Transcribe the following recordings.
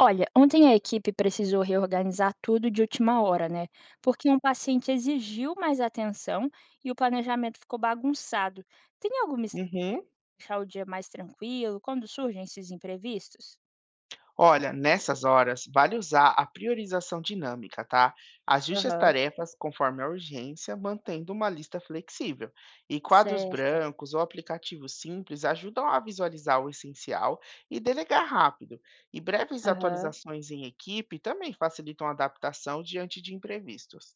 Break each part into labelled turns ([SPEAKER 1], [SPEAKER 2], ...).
[SPEAKER 1] Olha, ontem a equipe precisou reorganizar tudo de última hora, né? Porque um paciente exigiu mais atenção e o planejamento ficou bagunçado. Tem alguma estratégia
[SPEAKER 2] Uhum.
[SPEAKER 1] pra deixar o dia mais tranquilo quando surgem esses imprevistos?
[SPEAKER 2] Olha, nessas horas, vale usar a priorização dinâmica, tá? Ajuste as
[SPEAKER 1] Aham.
[SPEAKER 2] tarefas conforme a urgência, mantendo uma lista flexível. E quadros
[SPEAKER 1] Certo.
[SPEAKER 2] brancos ou aplicativos simples ajudam a visualizar o essencial e delegar rápido. E breves
[SPEAKER 1] Aham.
[SPEAKER 2] atualizações em equipe também facilitam a adaptação diante de imprevistos.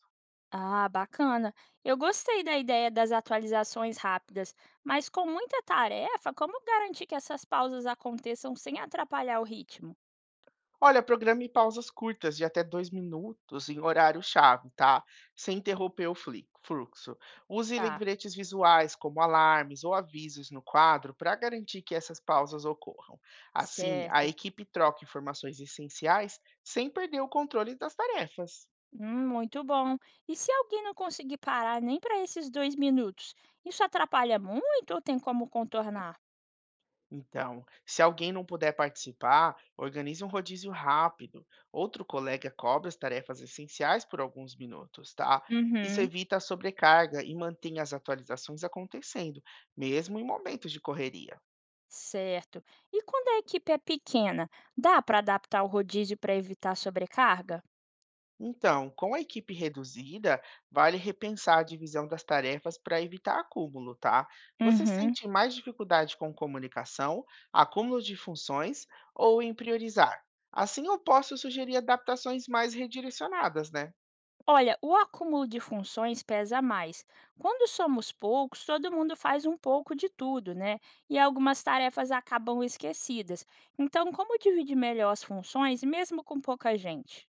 [SPEAKER 1] Ah, bacana. Eu gostei da ideia das atualizações rápidas, mas com muita tarefa, como garantir que essas pausas aconteçam sem atrapalhar o ritmo?
[SPEAKER 2] Olha, programe pausas curtas de até 2 minutos em horário-chave, tá? Sem interromper o fluxo. Use
[SPEAKER 1] Tá.
[SPEAKER 2] lembretes visuais, como alarmes ou avisos no quadro, para garantir que essas pausas ocorram. Assim, a
[SPEAKER 1] Certo.
[SPEAKER 2] equipe troca informações essenciais sem perder o controle das tarefas.
[SPEAKER 1] Muito bom. E se alguém não conseguir parar nem para esses 2 minutos, isso atrapalha muito ou tem como contornar?
[SPEAKER 2] Então, se alguém não puder participar, organize um rodízio rápido. Outro colega cobre as tarefas essenciais por alguns minutos, tá? Isso
[SPEAKER 1] Uhum.
[SPEAKER 2] evita a sobrecarga e mantém as atualizações acontecendo, mesmo em momentos de correria.
[SPEAKER 1] Certo. E quando a equipe é pequena, dá para adaptar o rodízio para evitar sobrecarga?
[SPEAKER 2] Então, com a equipe reduzida, vale repensar a divisão das tarefas para evitar acúmulo, tá? Você
[SPEAKER 1] Uhum.
[SPEAKER 2] sente mais dificuldade com comunicação, acúmulo de funções ou em priorizar? Assim eu posso sugerir adaptações mais redirecionadas, né?
[SPEAKER 1] Olha, o acúmulo de funções pesa mais. Quando somos poucos, todo mundo faz um pouco de tudo, né? E algumas tarefas acabam esquecidas. Então, como dividir melhor as funções, mesmo com pouca gente?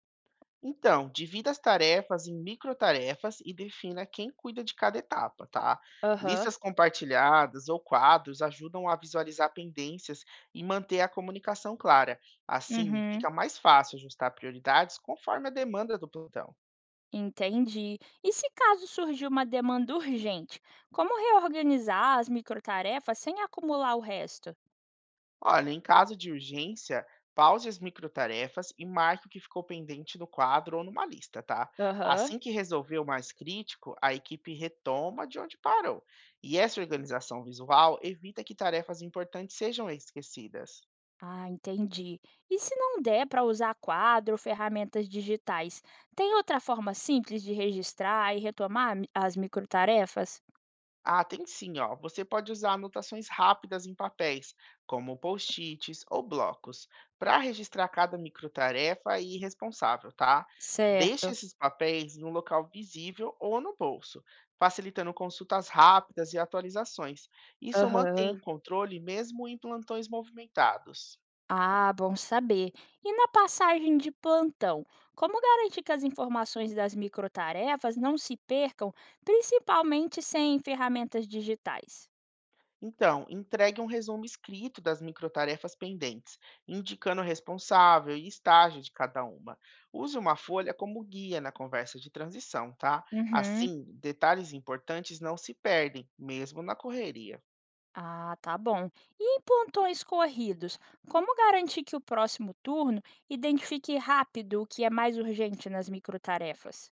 [SPEAKER 2] Então, divida as tarefas em microtarefas e defina quem cuida de cada etapa, tá?
[SPEAKER 1] Aham.
[SPEAKER 2] Listas compartilhadas ou quadros ajudam a visualizar pendências e manter a comunicação clara. Assim,
[SPEAKER 1] Uhum.
[SPEAKER 2] fica mais fácil ajustar prioridades conforme a demanda do plantão.
[SPEAKER 1] Entendi. E se caso surgir uma demanda urgente, como reorganizar as microtarefas sem acumular o resto?
[SPEAKER 2] Olha, em caso de urgência, pause as microtarefas e marque o que ficou pendente no quadro ou numa lista, tá?
[SPEAKER 1] Aham.
[SPEAKER 2] Assim que resolver o mais crítico, a equipe retoma de onde parou. E essa organização visual evita que tarefas importantes sejam esquecidas.
[SPEAKER 1] Ah, entendi. E se não der para usar quadro ou ferramentas digitais, tem outra forma simples de registrar e retomar as microtarefas?
[SPEAKER 2] Ah, tem sim, ó. Você pode usar anotações rápidas em papéis, como post-its ou blocos, para registrar cada microtarefa e responsável, tá? Deixe
[SPEAKER 1] Certo.
[SPEAKER 2] esses papéis no local visível ou no bolso, facilitando consultas rápidas e atualizações. Isso
[SPEAKER 1] Aham.
[SPEAKER 2] mantém o controle mesmo em plantões movimentados.
[SPEAKER 1] Ah, bom saber. E na passagem de plantão, como garantir que as informações das microtarefas não se percam, principalmente sem ferramentas digitais?
[SPEAKER 2] Então, entregue um resumo escrito das microtarefas pendentes, indicando o responsável e estágio de cada uma. Use uma folha como guia na conversa de transição, tá?
[SPEAKER 1] Uhum.
[SPEAKER 2] Assim, detalhes importantes não se perdem, mesmo na correria.
[SPEAKER 1] Ah, tá bom. E em plantões corridos, como garantir que o próximo turno identifique rápido o que é mais urgente nas microtarefas?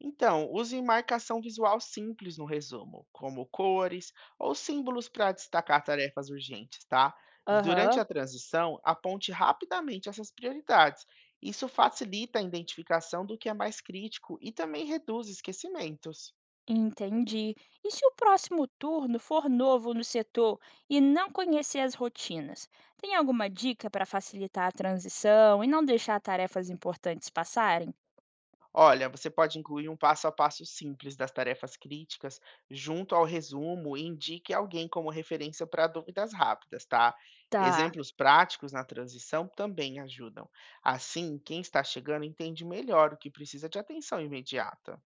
[SPEAKER 2] Então, use marcação visual simples no resumo, como cores ou símbolos para destacar tarefas urgentes, tá? E durante
[SPEAKER 1] Aham.
[SPEAKER 2] a transição, aponte rapidamente essas prioridades. Isso facilita a identificação do que é mais crítico e também reduz esquecimentos.
[SPEAKER 1] Entendi. E se o próximo turno for novo no setor e não conhecer as rotinas, tem alguma dica para facilitar a transição e não deixar tarefas importantes passarem?
[SPEAKER 2] Olha, você pode incluir um passo a passo simples das tarefas críticas junto ao resumo e indique alguém como referência para dúvidas rápidas, tá?
[SPEAKER 1] Tá,
[SPEAKER 2] Exemplos práticos na transição também ajudam. Assim, quem está chegando entende melhor o que precisa de atenção imediata.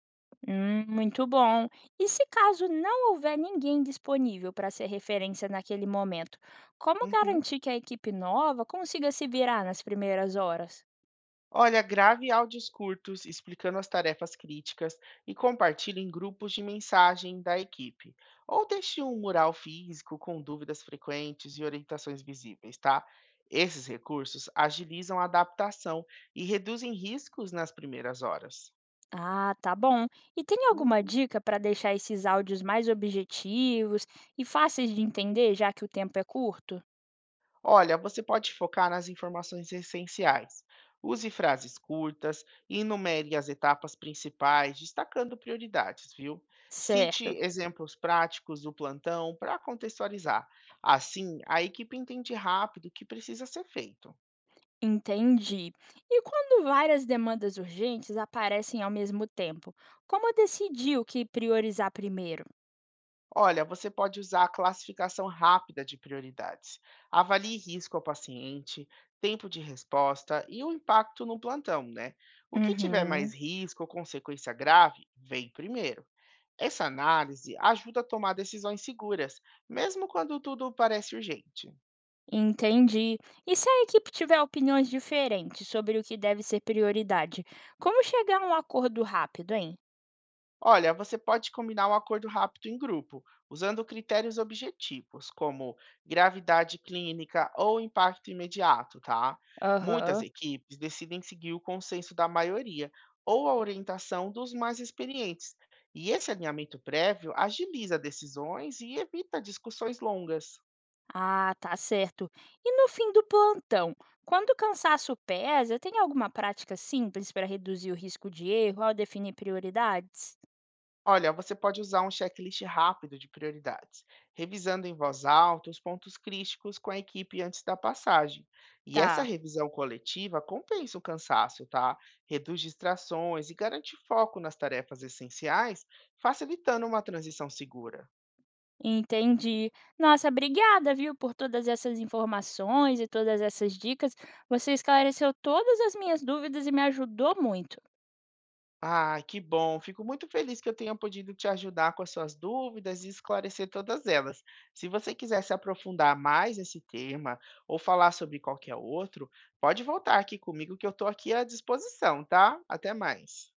[SPEAKER 1] muito bom. E se caso não houver ninguém disponível para ser referência naquele momento, como
[SPEAKER 2] Uhum.
[SPEAKER 1] garantir que a equipe nova consiga se virar nas primeiras horas?
[SPEAKER 2] Olha, grave áudios curtos explicando as tarefas críticas e compartilhe em grupos de mensagem da equipe. Ou deixe um mural físico com dúvidas frequentes e orientações visíveis, tá? Esses recursos agilizam a adaptação e reduzem riscos nas primeiras horas.
[SPEAKER 1] Ah, tá bom. E tem alguma dica para deixar esses áudios mais objetivos e fáceis de entender, já que o tempo é curto?
[SPEAKER 2] Olha, você pode focar nas informações essenciais. Use frases curtas e enumere as etapas principais, destacando prioridades, viu? Cite
[SPEAKER 1] Certo,
[SPEAKER 2] exemplos práticos do plantão para contextualizar. Assim, a equipe entende rápido o que precisa ser feito.
[SPEAKER 1] entendi. E quando várias demandas urgentes aparecem ao mesmo tempo, como decidir o que priorizar primeiro?
[SPEAKER 2] Olha, você pode usar a classificação rápida de prioridades. Avalie risco ao paciente, tempo de resposta e o impacto no plantão, né? O que tiver mais
[SPEAKER 1] Uhum,
[SPEAKER 2] risco ou consequência grave, vem primeiro. Essa análise ajuda a tomar decisões seguras, mesmo quando tudo parece urgente.
[SPEAKER 1] entendi. E se a equipe tiver opiniões diferentes sobre o que deve ser prioridade, como chegar a um acordo rápido, hein?
[SPEAKER 2] Olha, você pode combinar um acordo rápido em grupo, usando critérios objetivos, como gravidade clínica ou impacto imediato, tá? Muitas
[SPEAKER 1] Aham.
[SPEAKER 2] equipes decidem seguir o consenso da maioria ou a orientação dos mais experientes, e esse alinhamento prévio agiliza decisões e evita discussões longas.
[SPEAKER 1] Ah, tá certo. E no fim do plantão, quando o cansaço pesa, tem alguma prática simples para reduzir o risco de erro ao definir prioridades?
[SPEAKER 2] Olha, você pode usar um checklist rápido de prioridades, revisando em voz alta os pontos críticos com a equipe antes da passagem. E essa
[SPEAKER 1] Tá,
[SPEAKER 2] revisão coletiva compensa o cansaço, tá? Reduz distrações e garante foco nas tarefas essenciais, facilitando uma transição segura.
[SPEAKER 1] entendi. Nossa, obrigada, viu, por todas essas informações e todas essas dicas. Você esclareceu todas as minhas dúvidas e me ajudou muito.
[SPEAKER 2] Ah, que bom. Fico muito feliz que eu tenha podido te ajudar com as suas dúvidas e esclarecer todas elas. Se você quiser se aprofundar mais nesse tema ou falar sobre qualquer outro, pode voltar aqui comigo que eu estou aqui à disposição, tá? Até mais.